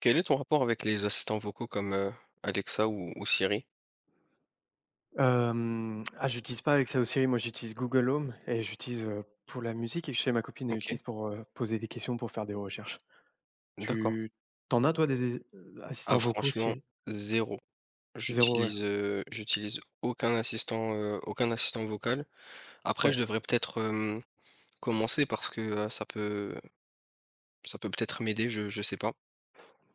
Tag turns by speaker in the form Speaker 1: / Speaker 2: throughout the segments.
Speaker 1: Quel est ton rapport avec les assistants vocaux comme, Alexa ou Siri?
Speaker 2: J'utilise pas Alexa ou Siri, moi j'utilise Google Home et j'utilise, pour la musique, et chez ma copine, elle
Speaker 1: OK,
Speaker 2: utilise pour poser des questions, pour faire des recherches.
Speaker 1: d'accord.
Speaker 2: Tu t'en as toi des é
Speaker 1: Ah
Speaker 2: assistants vocaux,
Speaker 1: franchement,
Speaker 2: Siri?
Speaker 1: zéro.
Speaker 2: Zéro, ouais.
Speaker 1: J'utilise aucun assistant, vocal. Après
Speaker 2: Ouais.
Speaker 1: je devrais peut-être, commencer parce que, ça peut peut-être m'aider, je sais pas.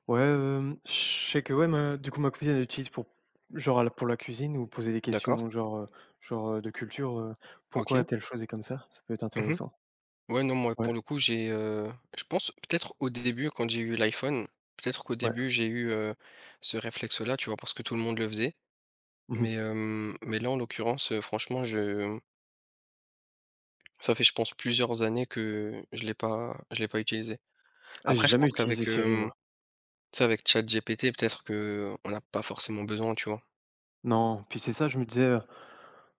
Speaker 2: Ouais, je sais que ouais, ma du coup, ma copine elle utilise pour genre elle pour la cuisine, ou poser des
Speaker 1: D'accord,
Speaker 2: questions genre, de culture,
Speaker 1: OK.
Speaker 2: pourquoi telle chose est comme ça? Ça peut être
Speaker 1: Mmh.
Speaker 2: intéressant.
Speaker 1: Ouais, non, moi,
Speaker 2: Ouais,
Speaker 1: pour le coup, je pense peut-être au début quand j'ai eu l'iPhone, peut-être qu'au
Speaker 2: ouais.
Speaker 1: début j'ai eu, ce réflexe-là, tu vois? Parce que tout le monde le faisait.
Speaker 2: Mmh.
Speaker 1: Mais là, en l'occurrence, franchement, je Ça fait, je pense, plusieurs années que je l'ai pas utilisé.
Speaker 2: Ah, j'ai
Speaker 1: Après, je
Speaker 2: jamais
Speaker 1: pense
Speaker 2: utilisé
Speaker 1: qu'avec,
Speaker 2: Siri moi.
Speaker 1: tu sais, avec ChatGPT, peut-être que on n'a pas forcément besoin, tu vois?
Speaker 2: Non, puis c'est ça, je me disais, heu,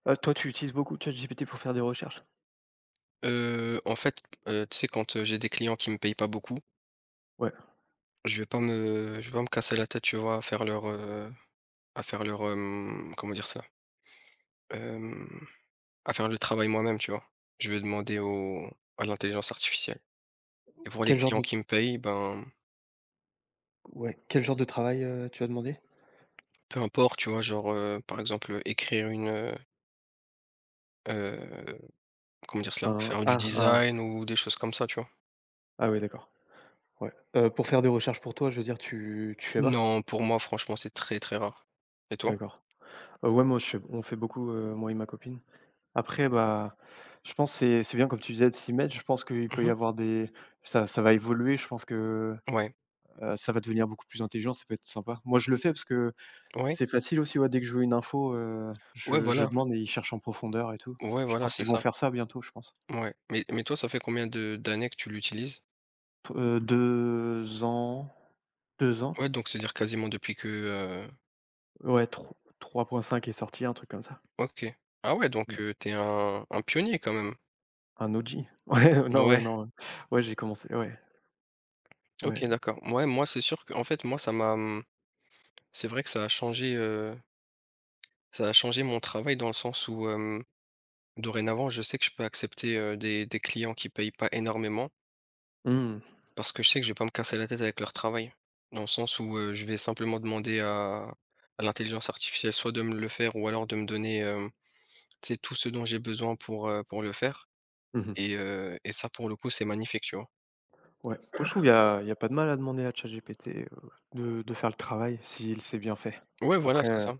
Speaker 2: heu, toi tu utilises beaucoup ChatGPT pour faire des recherches?
Speaker 1: En fait, tu sais, quand, j'ai des clients qui me payent pas beaucoup,
Speaker 2: Ouais.
Speaker 1: je vais pas me casser la tête, tu vois, à faire leur, comment dire ça, Hem, à faire le travail moi-même, tu vois? Je vais demander au à l'intelligence artificielle et pour les
Speaker 2: Quel genre
Speaker 1: clients
Speaker 2: de
Speaker 1: qui me payent, ben,
Speaker 2: Ouais, quel genre de travail, tu as demandé?
Speaker 1: peu importe, tu vois, genre, par exemple, écrire une, Comment dire cela?
Speaker 2: Un
Speaker 1: Faire du
Speaker 2: ah un
Speaker 1: design ou des choses comme ça, tu vois?
Speaker 2: Ah oui d'accord, ouais. Pour faire des recherches pour toi, je veux dire, tu fais pas?
Speaker 1: Non, pour moi, franchement, c'est très, très rare. Et toi?
Speaker 2: D'accord. Ouais, moi je fais on fait beaucoup, moi et ma copine. Après bah, je pense c'est bien comme tu disais de s'y mettre. Je pense qu'il peut y
Speaker 1: Mmh.
Speaker 2: avoir des ça va évoluer. Je pense que,
Speaker 1: Ouais,
Speaker 2: ça va devenir beaucoup plus intelligent, ça peut être sympa. Moi je le fais parce que
Speaker 1: ouais,
Speaker 2: c'est facile aussi, ouais, dès que je veux une info,
Speaker 1: ouais,
Speaker 2: je
Speaker 1: voilà,
Speaker 2: demande et ils cherchent en profondeur et tout.
Speaker 1: ouais,
Speaker 2: Je
Speaker 1: voilà,
Speaker 2: pense
Speaker 1: c'est
Speaker 2: qu'ils vont
Speaker 1: ça.
Speaker 2: faire ça bientôt, je pense.
Speaker 1: Ouais, mais toi, ça fait combien de d'années que tu l'utilises?
Speaker 2: P 2 ans, 2 ans?
Speaker 1: Ouais, donc c'est-à-dire quasiment depuis que,
Speaker 2: Ouais, 3.5 est sorti, un truc comme ça.
Speaker 1: OK. Ah ouais,
Speaker 2: Ouais.
Speaker 1: donc tu un pionnier quand même.
Speaker 2: Un OG. Ouais, non, ouais,
Speaker 1: Ouais,
Speaker 2: non, ouais. Ouais, j'ai commencé, ouais,
Speaker 1: OK,
Speaker 2: ouais.
Speaker 1: d'accord. Ouais, moi, c'est sûr que en fait, moi, c'est vrai que ça a changé mon travail dans le sens où, dorénavant, je sais que je peux accepter, des clients qui payent pas énormément.
Speaker 2: Mmh.
Speaker 1: Parce que je sais que je vais pas me casser la tête avec leur travail. Dans le sens où, je vais simplement demander à l'intelligence artificielle soit de me le faire ou alors de me donner, tu sais, tout ce dont j'ai besoin pour le faire
Speaker 2: Mmh mh.
Speaker 1: et et ça pour le coup, c'est magnifique, tu vois?
Speaker 2: Ouais. Moi, je trouve il y a pas de mal à demander à ChatGPT, de faire le travail s'il sait bien fait.
Speaker 1: Ouais, voilà,
Speaker 2: Après,
Speaker 1: c'est ça.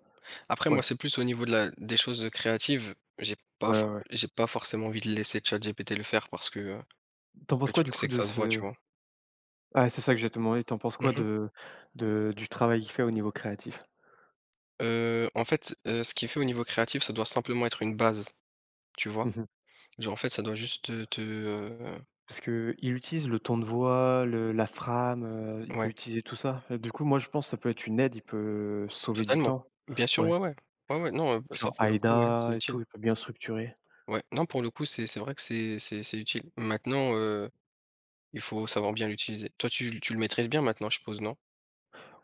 Speaker 1: Après moi,
Speaker 2: ouais,
Speaker 1: c'est plus au niveau de la des choses créatives, j'ai pas
Speaker 2: ouais,
Speaker 1: for
Speaker 2: ouais.
Speaker 1: j'ai pas forcément envie de laisser ChatGPT le faire parce que,
Speaker 2: Tu en penses
Speaker 1: le
Speaker 2: quoi du
Speaker 1: truc c'est
Speaker 2: coup
Speaker 1: que
Speaker 2: de
Speaker 1: ça se voit, tu
Speaker 2: ce...
Speaker 1: vois?
Speaker 2: Ah, c'est ça que j'ai te demandé. T'en penses
Speaker 1: Mmh
Speaker 2: quoi
Speaker 1: mh.
Speaker 2: de du travail qu'il fait au niveau créatif?
Speaker 1: En fait, ce qu'il fait au niveau créatif, ça doit simplement être une base, tu vois?
Speaker 2: Mmh mh.
Speaker 1: Genre en fait, ça doit juste te.
Speaker 2: Parce qu'il utilise le ton de voix, le la frame, il peut
Speaker 1: Ouais.
Speaker 2: utiliser tout ça. Du coup, moi, je pense que ça peut être une aide, il peut sauver du
Speaker 1: Totalement.
Speaker 2: temps.
Speaker 1: Bien sûr,
Speaker 2: Ouais,
Speaker 1: ouais, ouais. Ouais, ouais, non, ça
Speaker 2: genre
Speaker 1: pour le coup, ouais, c'est
Speaker 2: AIDA et
Speaker 1: utile.
Speaker 2: tout, il peut bien structurer.
Speaker 1: Ouais, non, pour le coup, c'est vrai que c'est utile. Maintenant, il faut savoir bien l'utiliser. Toi, tu le maîtrises bien maintenant, je suppose, non?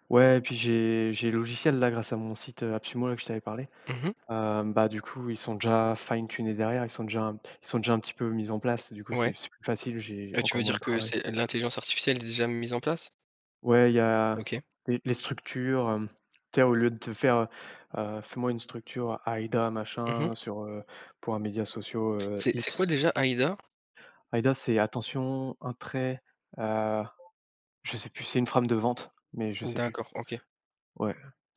Speaker 2: Ouais, et puis j'ai les logiciels là grâce à mon site, Apsumo là que je t'avais parlé.
Speaker 1: Mhm.
Speaker 2: Bah, du coup, ils sont déjà fine tunés derrière, ils sont déjà un petit peu mis en place, du coup,
Speaker 1: Ouais.
Speaker 2: c'est plus facile, j'ai
Speaker 1: Tu
Speaker 2: encore
Speaker 1: veux
Speaker 2: moins de
Speaker 1: dire que
Speaker 2: travail.
Speaker 1: c'est l'intelligence artificielle déjà mise en place?
Speaker 2: Ouais, il y a
Speaker 1: OK.
Speaker 2: les structures, tu sais, au lieu de te faire, «Fais-moi une structure AIDA
Speaker 1: Mhm.
Speaker 2: machin sur, pour un média social,
Speaker 1: C'est
Speaker 2: X».
Speaker 1: quoi déjà AIDA?
Speaker 2: AIDA, c'est attention, un trait, heu, je sais plus, c'est une frame de vente, mais je sais plus.
Speaker 1: D'accord, OK.
Speaker 2: Ouais.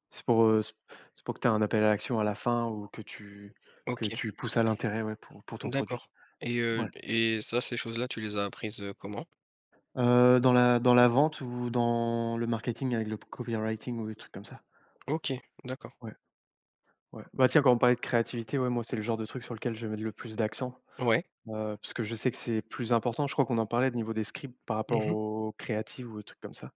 Speaker 2: C'est pour, c'est pour que tu aies un appel à l'action à la fin, ou que
Speaker 1: OK,
Speaker 2: tu pousses à l'intérêt, ouais, pour ton produit.
Speaker 1: d'accord. Et heu
Speaker 2: Ouais.
Speaker 1: et ça, ces choses-là, tu les as apprises, comment?
Speaker 2: Dans la dans la vente, ou dans le marketing avec le copywriting ou des trucs comme ça.
Speaker 1: OK, d'accord.
Speaker 2: Ouais. Ouais. Bah, tiens, quand on parlait de créativité, ouais, moi, c'est le genre de truc sur lequel je mets le plus d'accent,
Speaker 1: Ouais.
Speaker 2: parce que je sais que c'est plus important. Je crois qu'on en parlait au niveau des scripts par rapport
Speaker 1: Mhm.
Speaker 2: aux créatives ou aux trucs comme ça.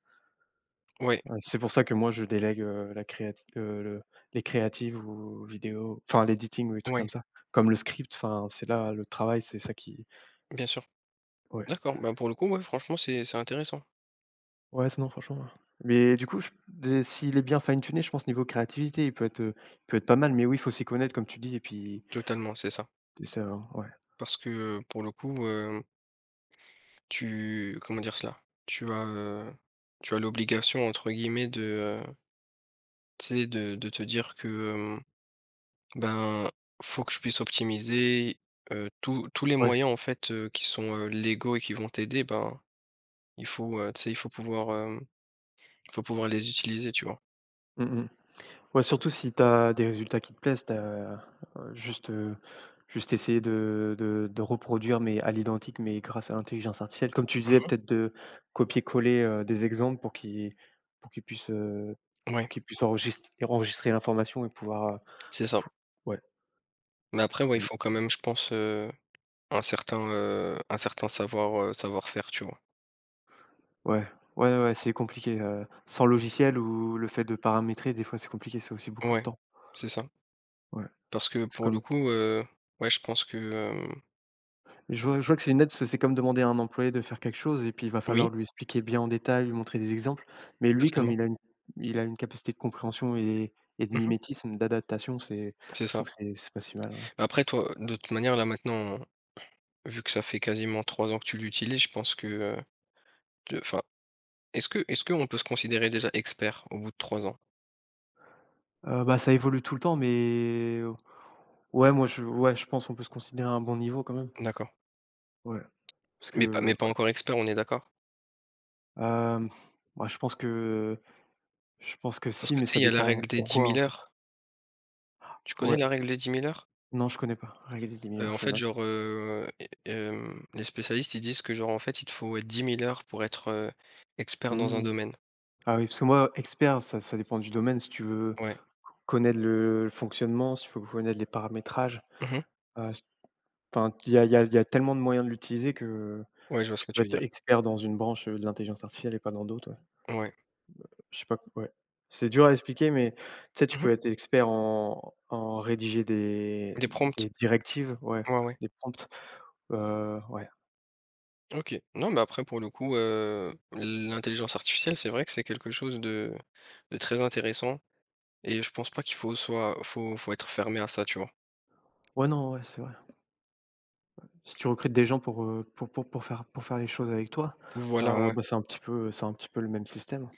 Speaker 1: Ouais,
Speaker 2: C'est pour ça que moi, je délègue, la créati le les créatives ou vidéos, enfin l'editing ou les trucs
Speaker 1: ouais,
Speaker 2: comme ça. Comme le script, enfin, c'est là le travail, c'est ça qui...
Speaker 1: bien sûr.
Speaker 2: ouais.
Speaker 1: D'accord, bah, pour le coup, ouais, franchement, c'est intéressant.
Speaker 2: Ouais, sinon franchement, ouais. Mais du coup, je des s'il est bien fine tuné, je pense niveau créativité, il peut être pas mal, mais oui, il faut s'y connaître comme tu dis, et puis
Speaker 1: Totalement, c'est ça.
Speaker 2: c'est ça, hein, ouais.
Speaker 1: Parce que, pour le coup, tu comment dire cela? Tu as l'obligation entre guillemets de, tu sais de te dire que, ben, faut que je puisse optimiser, tous les
Speaker 2: Ouais.
Speaker 1: moyens en fait, qui sont, légaux et qui vont t'aider, ben, il faut, tu sais, il faut pouvoir les utiliser, tu vois?
Speaker 2: Mmh mh. Ouais, surtout si tu as des résultats qui te plaisent, juste, heu, juste essayer de de reproduire, mais à l'identique, mais grâce à l'intelligence artificielle. Comme tu disais,
Speaker 1: Mmh.
Speaker 2: peut-être de copier-coller, des exemples pour qu'ils puissent, pour
Speaker 1: Ouais,
Speaker 2: qu'ils puissent enregistrer l'information et pouvoir,
Speaker 1: c'est ça.
Speaker 2: pou ouais,
Speaker 1: Mais après ouais, il
Speaker 2: pour le
Speaker 1: faut quand même je pense, un certain savoir, savoir-faire, tu vois?
Speaker 2: ouais, ouais, ouais, c'est compliqué, sans logiciel, ou le fait de paramétrer, des fois, c'est compliqué, c'est aussi beaucoup de
Speaker 1: Ouais,
Speaker 2: temps.
Speaker 1: c'est ça.
Speaker 2: Ouais,
Speaker 1: Parce que
Speaker 2: c'est
Speaker 1: pour le
Speaker 2: comme...
Speaker 1: coup, ouais, je pense que,
Speaker 2: Je vois que c'est une aide, c'est comme demander à un employé de faire quelque chose, et puis il va
Speaker 1: oui,
Speaker 2: falloir lui expliquer bien en détail, lui montrer des exemples. Mais lui, comme
Speaker 1: totalement.
Speaker 2: il a une capacité de compréhension, et de
Speaker 1: Mmh.
Speaker 2: mimétisme, d'adaptation, c'est...
Speaker 1: C'est
Speaker 2: je
Speaker 1: ça.
Speaker 2: trouve que c'est pas si mal, ouais.
Speaker 1: Après toi, de toute manière, là, maintenant, vu que ça fait quasiment 3 ans que tu l'utilises, je pense que, te enfin, est-ce qu'on peut se considérer déjà expert au bout de 3 ans?
Speaker 2: Bah, ça évolue tout le temps, mais oh, ouais, moi, je ouais, je pense on peut se considérer à un bon niveau quand même.
Speaker 1: D'accord.
Speaker 2: Ouais, parce
Speaker 1: Mais pas mais
Speaker 2: que
Speaker 1: pas
Speaker 2: ouais,
Speaker 1: encore expert, on est d'accord?
Speaker 2: hem, bah, je pense que
Speaker 1: Parce
Speaker 2: si,
Speaker 1: que
Speaker 2: mais
Speaker 1: tu sais,
Speaker 2: ça
Speaker 1: il y a la
Speaker 2: dépend
Speaker 1: règle des dix
Speaker 2: pourquoi,
Speaker 1: mille
Speaker 2: en fait.
Speaker 1: heures. Tu connais
Speaker 2: Ouais.
Speaker 1: la règle des dix mille heures?
Speaker 2: Non, je connais pas. Règle des
Speaker 1: Heu,
Speaker 2: milliards,
Speaker 1: en
Speaker 2: je
Speaker 1: fait,
Speaker 2: note.
Speaker 1: genre, les spécialistes, ils disent que, genre, en fait, il te faut ouais, 10 000 heures pour être, expert dans un
Speaker 2: Mmh.
Speaker 1: domaine.
Speaker 2: Ah oui, parce que moi, expert, ça dépend du domaine. Si tu veux
Speaker 1: Ouais.
Speaker 2: connaître le fonctionnement, s'il faut connaître les paramétrages,
Speaker 1: Mmh.
Speaker 2: s enfin, il y a il y a il y a tellement de moyens de l'utiliser que
Speaker 1: Ouais, je vois ce
Speaker 2: tu
Speaker 1: que
Speaker 2: peux
Speaker 1: tu veux
Speaker 2: être
Speaker 1: dire.
Speaker 2: expert dans une branche, de l'intelligence artificielle et pas dans d'autres, ouais.
Speaker 1: Ouais.
Speaker 2: Je sais pas, ouais. C'est dur à expliquer, mais tu sais, tu
Speaker 1: Mmh.
Speaker 2: peux être expert en rédiger des
Speaker 1: Des prompts.
Speaker 2: des directives, ouais,
Speaker 1: Ouais, ouais.
Speaker 2: des prompts, ouais.
Speaker 1: OK. Non, mais après pour le coup, l'intelligence artificielle, c'est vrai que c'est quelque chose de très intéressant et je pense pas qu'il faut soit faut faut être fermé à ça, tu vois?
Speaker 2: Ouais, non, ouais, c'est vrai. Si tu recrutes des gens pour, faire les choses avec toi,
Speaker 1: Voilà, ouais.
Speaker 2: bah, c'est un petit peu le même système,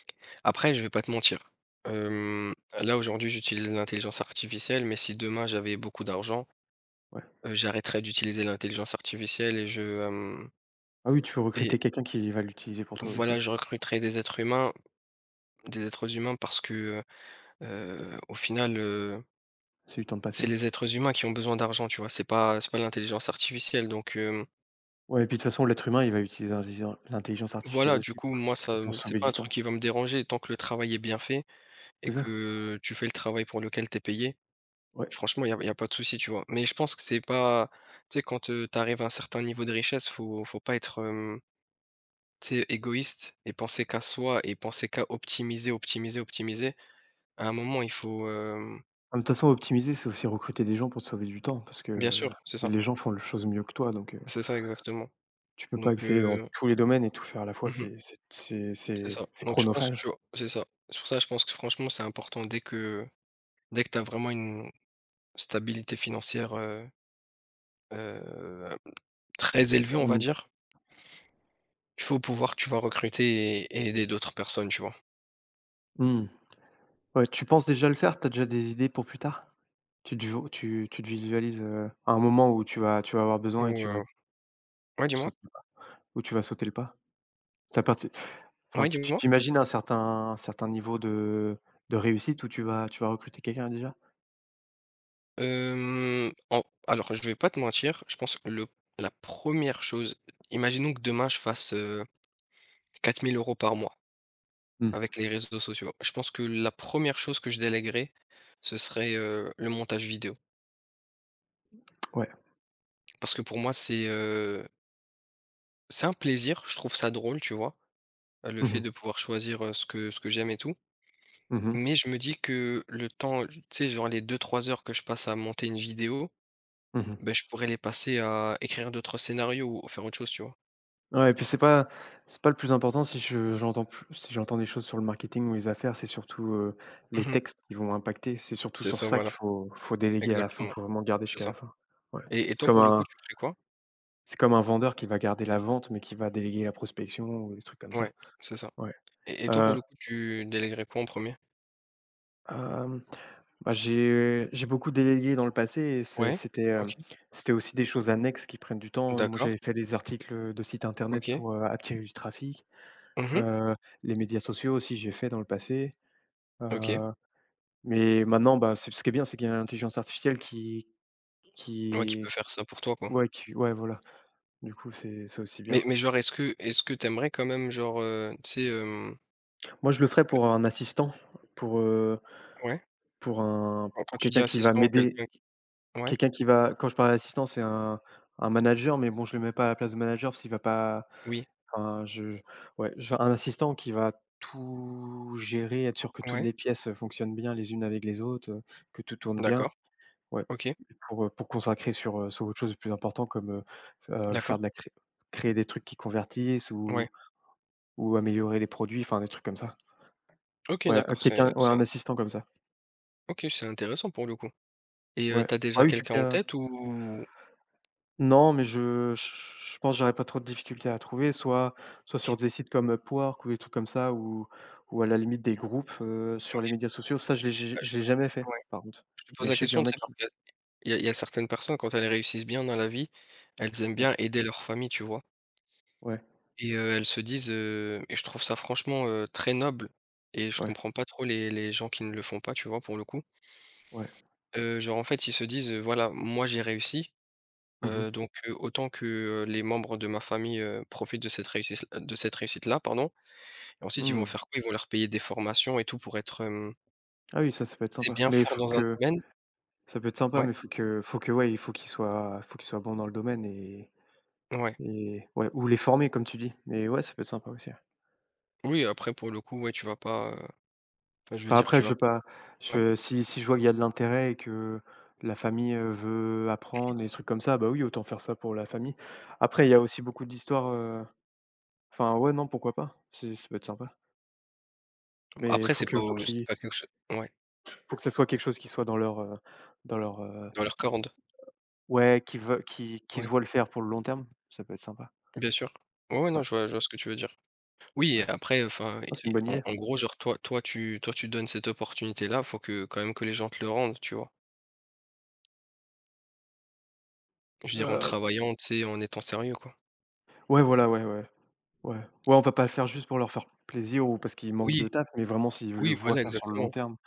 Speaker 1: Après je vais pas te mentir, hem, là aujourd'hui j'utilise l'intelligence artificielle, mais si demain j'avais beaucoup d'argent,
Speaker 2: ouais.
Speaker 1: j'arrêterais d'utiliser l'intelligence artificielle et je, hem
Speaker 2: Ah oui, tu peux
Speaker 1: et
Speaker 2: recruter quelqu'un qui va l'utiliser pour toi aussi.
Speaker 1: voilà, je recruterais des êtres humains parce que, heu au final,
Speaker 2: C'est du temps de
Speaker 1: c'est
Speaker 2: passer.
Speaker 1: les êtres humains qui ont besoin d'argent, tu vois? C'est pas l'intelligence artificielle donc
Speaker 2: Ouais, et puis de toute façon l'être humain il va utiliser l'intelligence artificielle
Speaker 1: voilà,
Speaker 2: aussi,
Speaker 1: du coup,
Speaker 2: donc
Speaker 1: moi, ça,
Speaker 2: autant se
Speaker 1: c'est
Speaker 2: sauver
Speaker 1: pas un
Speaker 2: du temps.
Speaker 1: truc qui va me déranger tant que le travail est bien fait et
Speaker 2: C'est ça?
Speaker 1: que tu fais le travail pour lequel t'es payé.
Speaker 2: Ouais.
Speaker 1: Franchement, il y a pas de souci, tu vois? Mais je pense que c'est pas, tu sais, quand, tu arrives à un certain niveau de richesse, faut pas être, tu sais, égoïste et penser qu'à soi et penser qu'à optimiser, optimiser, optimiser. À un moment, il faut, hem
Speaker 2: Ah mais de toute façon optimiser, c'est aussi recruter des gens pour te sauver du temps, parce que
Speaker 1: bien sûr, c'est ça.
Speaker 2: les gens font les choses mieux que toi, donc
Speaker 1: C'est ça exactement
Speaker 2: tu peux
Speaker 1: donc
Speaker 2: pas exceller dans tous les domaines et tout faire à la fois,
Speaker 1: mmh
Speaker 2: c'est c'est c'est
Speaker 1: c'est ça.
Speaker 2: c'est c'est
Speaker 1: Donc je pense,
Speaker 2: chronophage.
Speaker 1: tu vois c'est ça. C'est pour ça, je pense que franchement, c'est important dès que tu as vraiment une stabilité financière, heu, très élevée, on va
Speaker 2: Mmh.
Speaker 1: dire, il faut pouvoir, tu vois, recruter et aider d'autres personnes, tu vois?
Speaker 2: Mmh. Ouais, tu penses déjà le faire? T'as déjà des idées pour plus tard? Tu te visualises, à un moment où tu vas avoir besoin et
Speaker 1: Ou,
Speaker 2: tu vas
Speaker 1: ouais, dis-moi?
Speaker 2: sauter... où tu vas sauter le pas? Ça part... Enfin,
Speaker 1: Ouais,
Speaker 2: tu
Speaker 1: dis-moi?
Speaker 2: t'imagines un certain niveau de réussite où tu vas recruter quelqu'un déjà?
Speaker 1: Hem, en alors je vais pas te mentir, je pense que le la première chose, imaginons que demain je fasse, 4 000 € par mois
Speaker 2: Mmh.
Speaker 1: avec les réseaux sociaux. Je pense que la première chose que je délèguerais, ce serait, le montage vidéo.
Speaker 2: Ouais.
Speaker 1: Parce que pour moi, c'est un plaisir, je trouve ça drôle, tu vois? Le
Speaker 2: Mmh
Speaker 1: fait
Speaker 2: mh.
Speaker 1: de pouvoir choisir, ce que j'aime et tout.
Speaker 2: Mmh mh.
Speaker 1: Mais je me dis que le temps, tu sais, genre les deux trois heures que je passe à monter une vidéo,
Speaker 2: Mmh mh.
Speaker 1: ben je pourrais les passer à écrire d'autres scénarios ou faire autre chose, tu vois?
Speaker 2: Ouais, et puis c'est pas le plus important, si je j'entends plus si j'entends des choses sur le marketing ou les affaires, c'est surtout, les
Speaker 1: Mmh.
Speaker 2: textes qui vont impacter. C'est surtout
Speaker 1: C'est
Speaker 2: sur
Speaker 1: ça,
Speaker 2: ça
Speaker 1: voilà,
Speaker 2: qu'il faut faut déléguer à la fin,
Speaker 1: exactement.
Speaker 2: faut vraiment le garder
Speaker 1: C'est
Speaker 2: jusqu'à
Speaker 1: ça.
Speaker 2: la fin. Ouais.
Speaker 1: Et
Speaker 2: C'est
Speaker 1: toi,
Speaker 2: comme
Speaker 1: pour le coup,
Speaker 2: un
Speaker 1: tu fais quoi?
Speaker 2: c'est comme un vendeur qui va garder la vente, mais qui va déléguer la prospection ou des trucs comme
Speaker 1: Ouais,
Speaker 2: ça.
Speaker 1: c'est ça.
Speaker 2: Ouais.
Speaker 1: Et toi, pour
Speaker 2: Heu,
Speaker 1: le coup, tu délèguerais quoi en premier.
Speaker 2: hem Bah, j'ai beaucoup délégué dans le passé, et
Speaker 1: Ouais,
Speaker 2: c'était,
Speaker 1: OK,
Speaker 2: c'était aussi des choses annexes qui prennent du temps. Moi,
Speaker 1: d'accord,
Speaker 2: j'avais fait des articles, de sites internet
Speaker 1: OK.
Speaker 2: pour, attirer du trafic.
Speaker 1: Mmh.
Speaker 2: Heu, les médias sociaux aussi, j'ai fait dans le passé.
Speaker 1: OK.
Speaker 2: Heu, mais maintenant, bah, c'est ce qui est bien, c'est qu'il y a l'intelligence artificielle qui
Speaker 1: Ouais, qui
Speaker 2: qui
Speaker 1: peut faire ça pour toi, quoi?
Speaker 2: ouais, voilà. Du coup, c'est aussi
Speaker 1: Mais
Speaker 2: bien.
Speaker 1: mais genre, est-ce que t'aimerais quand même genre, tu sais, hem
Speaker 2: Moi, je le ferais pour un assistant, pour, heu,
Speaker 1: ouais,
Speaker 2: pour un
Speaker 1: quand
Speaker 2: pour
Speaker 1: tu dis
Speaker 2: quelqu'un qui va
Speaker 1: assistant,
Speaker 2: m'aider.
Speaker 1: quelqu'un qui ouais,
Speaker 2: Quelqu'un qui va... quand je parle d'assistant, c'est un manager, mais bon, je le mets pas à la place de manager parce qu'il va pas...
Speaker 1: oui,
Speaker 2: enfin, je ouais, je... un assistant qui va tout gérer, être sûr que toutes
Speaker 1: ouais,
Speaker 2: les pièces, fonctionnent bien les unes avec les autres, que tout tourne bien.
Speaker 1: d'accord,
Speaker 2: Ouais,
Speaker 1: OK,
Speaker 2: pour consacrer sur, sur autre chose de plus important, comme, f faire
Speaker 1: d'accord,
Speaker 2: de la cré créer des trucs qui convertissent,
Speaker 1: ouais,
Speaker 2: ou améliorer les produits, enfin des trucs comme ça.
Speaker 1: OK,
Speaker 2: Ouais,
Speaker 1: d'accord, c'est in
Speaker 2: un assistant comme ça.
Speaker 1: OK, c'est intéressant pour le coup et
Speaker 2: Ouais.
Speaker 1: tu
Speaker 2: Ah
Speaker 1: déjà
Speaker 2: oui, vu
Speaker 1: quelqu'un en tête ou
Speaker 2: Non, mais je pense que j'aurais pas trop de difficultés à trouver, soit sur
Speaker 1: OK,
Speaker 2: des sites comme Upwork ou des trucs comme ça, ou à la limite des groupes, sur les
Speaker 1: OK,
Speaker 2: médias sociaux. Ça,
Speaker 1: bah, je
Speaker 2: je
Speaker 1: te
Speaker 2: l'ai jamais fait
Speaker 1: ouais,
Speaker 2: par contre,
Speaker 1: je te pose
Speaker 2: mais
Speaker 1: la
Speaker 2: je sais qu'il y
Speaker 1: question,
Speaker 2: en
Speaker 1: tu
Speaker 2: a
Speaker 1: sais, parce
Speaker 2: qui...
Speaker 1: qu'il y a certaines personnes quand elles réussissent bien dans la vie, elles aiment bien
Speaker 2: ouais,
Speaker 1: aider leur famille, tu vois?
Speaker 2: ouais,
Speaker 1: Et elles se disent, et je trouve ça franchement, très noble et je
Speaker 2: ouais,
Speaker 1: comprends pas trop les gens qui ne le font pas, tu vois, pour le coup.
Speaker 2: ouais.
Speaker 1: Genre, en fait, ils se disent, «Voilà, moi, j'ai réussi,
Speaker 2: Mmh mh.
Speaker 1: donc autant que, les membres de ma famille, profitent de cette réussite de cette réussite-là, pardon» et ensuite ils vont
Speaker 2: Mmh.
Speaker 1: faire quoi? Ils vont leur payer des formations et tout pour être,
Speaker 2: Ah oui, ça peut être
Speaker 1: tu
Speaker 2: sympa,
Speaker 1: bien
Speaker 2: mais il
Speaker 1: fort
Speaker 2: faut
Speaker 1: dans un
Speaker 2: que
Speaker 1: domaine.
Speaker 2: ça peut être sympa,
Speaker 1: Ouais,
Speaker 2: mais ouais, il faut qu'ils soient faut qu'il soit bon dans le domaine,
Speaker 1: ouais.
Speaker 2: et ouais, ou les former comme tu dis, mais ouais, ça peut être sympa aussi.
Speaker 1: Oui, après pour le coup, ouais, tu vas pas, enfin, je veux
Speaker 2: Enfin
Speaker 1: dire,
Speaker 2: après
Speaker 1: tu
Speaker 2: je
Speaker 1: vas pas
Speaker 2: veux pas
Speaker 1: forcément ouais.
Speaker 2: je Si si je vois qu'il y a de l'intérêt, et que la famille, veut apprendre et des trucs comme ça, bah, oui, autant faire ça pour la famille. Après il y a aussi beaucoup d'histoires, enfin ouais, non, pourquoi pas? C'est... ça peut être sympa. Mais
Speaker 1: Après
Speaker 2: faut
Speaker 1: c'est
Speaker 2: qu'il
Speaker 1: pas quelque chose ouais,
Speaker 2: faut que ça soit quelque chose qui soit dans leur, dans leur, heu,
Speaker 1: dans leur corde.
Speaker 2: ouais, qui veut qui se
Speaker 1: Ouais,
Speaker 2: voit le faire pour le long terme, ça peut être sympa.
Speaker 1: bien sûr. Ouais, ouais, non,
Speaker 2: Ouais,
Speaker 1: je vois ce que tu veux dire. Oui,
Speaker 2: ouais.
Speaker 1: et après, enfin,
Speaker 2: Ah, c'est une
Speaker 1: et
Speaker 2: bonne
Speaker 1: en
Speaker 2: idée.
Speaker 1: en gros, genre, toi tu donnes cette opportunité-là, faut que quand même que les gens te le rendent, tu vois? Je dirais en
Speaker 2: Heu,
Speaker 1: travaillant, tu sais, en étant sérieux, quoi.
Speaker 2: ouais, voilà, ouais, ouais, ouais. Ouais, on va pas le faire juste pour leur faire plaisir ou parce qu'ils manquent
Speaker 1: Oui,
Speaker 2: de taf, mais vraiment s'ils le
Speaker 1: oui,
Speaker 2: voient
Speaker 1: voilà,
Speaker 2: faire sur le
Speaker 1: exactement.
Speaker 2: long terme.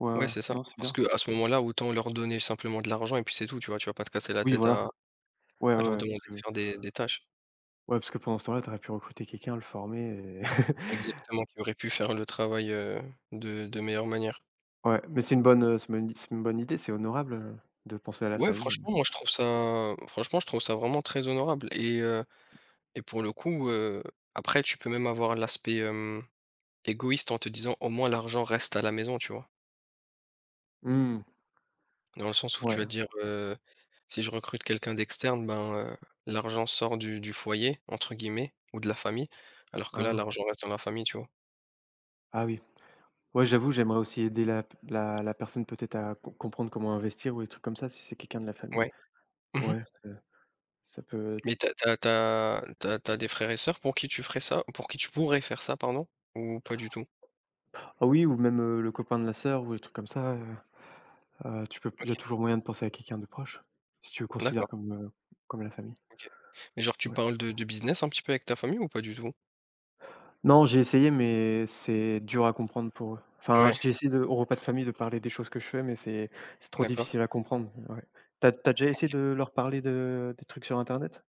Speaker 2: Ouais,
Speaker 1: Ouais,
Speaker 2: ouais,
Speaker 1: c'est ça.
Speaker 2: non, c'est
Speaker 1: Parce
Speaker 2: bien.
Speaker 1: que à ce moment-là, autant leur donner simplement de l'argent et puis c'est tout, tu vois? Tu vas pas te casser la
Speaker 2: Oui,
Speaker 1: tête
Speaker 2: voilà.
Speaker 1: à
Speaker 2: Ouais,
Speaker 1: à
Speaker 2: ouais,
Speaker 1: leur demander de faire des tâches.
Speaker 2: ouais, parce que pendant ce temps-là, tu aurais pu recruter quelqu'un, le former et
Speaker 1: Exactement, qui auraient pu faire le travail, de meilleure manière.
Speaker 2: ouais, mais c'est une bonne, c'est une bonne idée, c'est honorable, de penser à la
Speaker 1: Ouais,
Speaker 2: famille.
Speaker 1: franchement, moi, je trouve ça franchement, je trouve ça vraiment très honorable et et pour le coup, après, tu peux même avoir l'aspect, égoïste en te disant: «Au moins l'argent reste à la maison», tu vois?
Speaker 2: Mmh,
Speaker 1: Dans le sens où tu vas
Speaker 2: ouais.
Speaker 1: dire, «Si je recrute quelqu'un d'externe, ben, l'argent sort du foyer» entre guillemets ou de la famille, alors que là,
Speaker 2: Ah.
Speaker 1: l'argent reste dans la famille, tu vois?
Speaker 2: Ah oui. Ouais, j'avoue, j'aimerais aussi aider la personne peut-être à comprendre comment investir ou des trucs comme ça, si c'est quelqu'un de la famille.
Speaker 1: Ouais. Mmh.
Speaker 2: Ouais, ça Ça peut...
Speaker 1: Mais t'as t'as t'as t'as tu des frères et sœurs pour qui tu ferais ça pour qui tu pourrais faire ça, pardon? Ou pas du tout?
Speaker 2: ah oui, ou même, le copain de la sœur ou des trucs comme ça, tu peux... il y a
Speaker 1: OK,
Speaker 2: toujours moyen de penser à quelqu'un de proche, si tu le considères
Speaker 1: d'accord,
Speaker 2: comme, comme la famille.
Speaker 1: OK. Mais genre tu
Speaker 2: Ouais.
Speaker 1: parles de business un petit peu avec ta famille ou pas du tout?
Speaker 2: Non, j'ai essayé, mais c'est dur à comprendre pour eux. Enfin,
Speaker 1: Ouais,
Speaker 2: j'ai essayé de, au repas de famille, de parler des choses que je fais, mais c'est trop
Speaker 1: d'accord,
Speaker 2: difficile à comprendre, ouais. T'as déjà essayé
Speaker 1: OK.
Speaker 2: de leur parler de des trucs sur internet,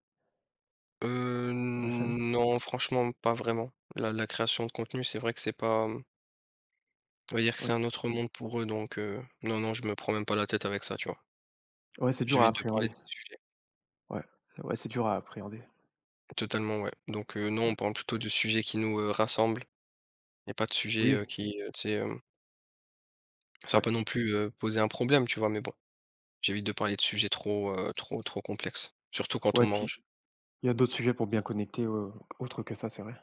Speaker 1: Heu,
Speaker 2: à la famille?
Speaker 1: non, franchement, pas vraiment. La création de contenu, c'est vrai que c'est pas, on va dire que c'est
Speaker 2: Ouais.
Speaker 1: un autre monde pour eux, donc non, non, je me prends même pas la tête avec ça, tu vois?
Speaker 2: Ouais, c'est dur à
Speaker 1: J'évite de parler de
Speaker 2: appréhender.
Speaker 1: ces sujets.
Speaker 2: Ouais, ouais, c'est dur à appréhender.
Speaker 1: Totalement, ouais, donc non, on
Speaker 2: Ouais.
Speaker 1: parle plutôt de sujets qui nous, rassemblent et pas de sujets,
Speaker 2: Oui,
Speaker 1: qui, tu sais, ça va
Speaker 2: ouais,
Speaker 1: pas non plus, poser un problème, tu vois? Mais bon, j'évite de parler de sujets trop, trop complexes, surtout quand on
Speaker 2: ouais, puis
Speaker 1: mange.
Speaker 2: il y a d'autres sujets pour bien connecter, autre que ça, c'est vrai.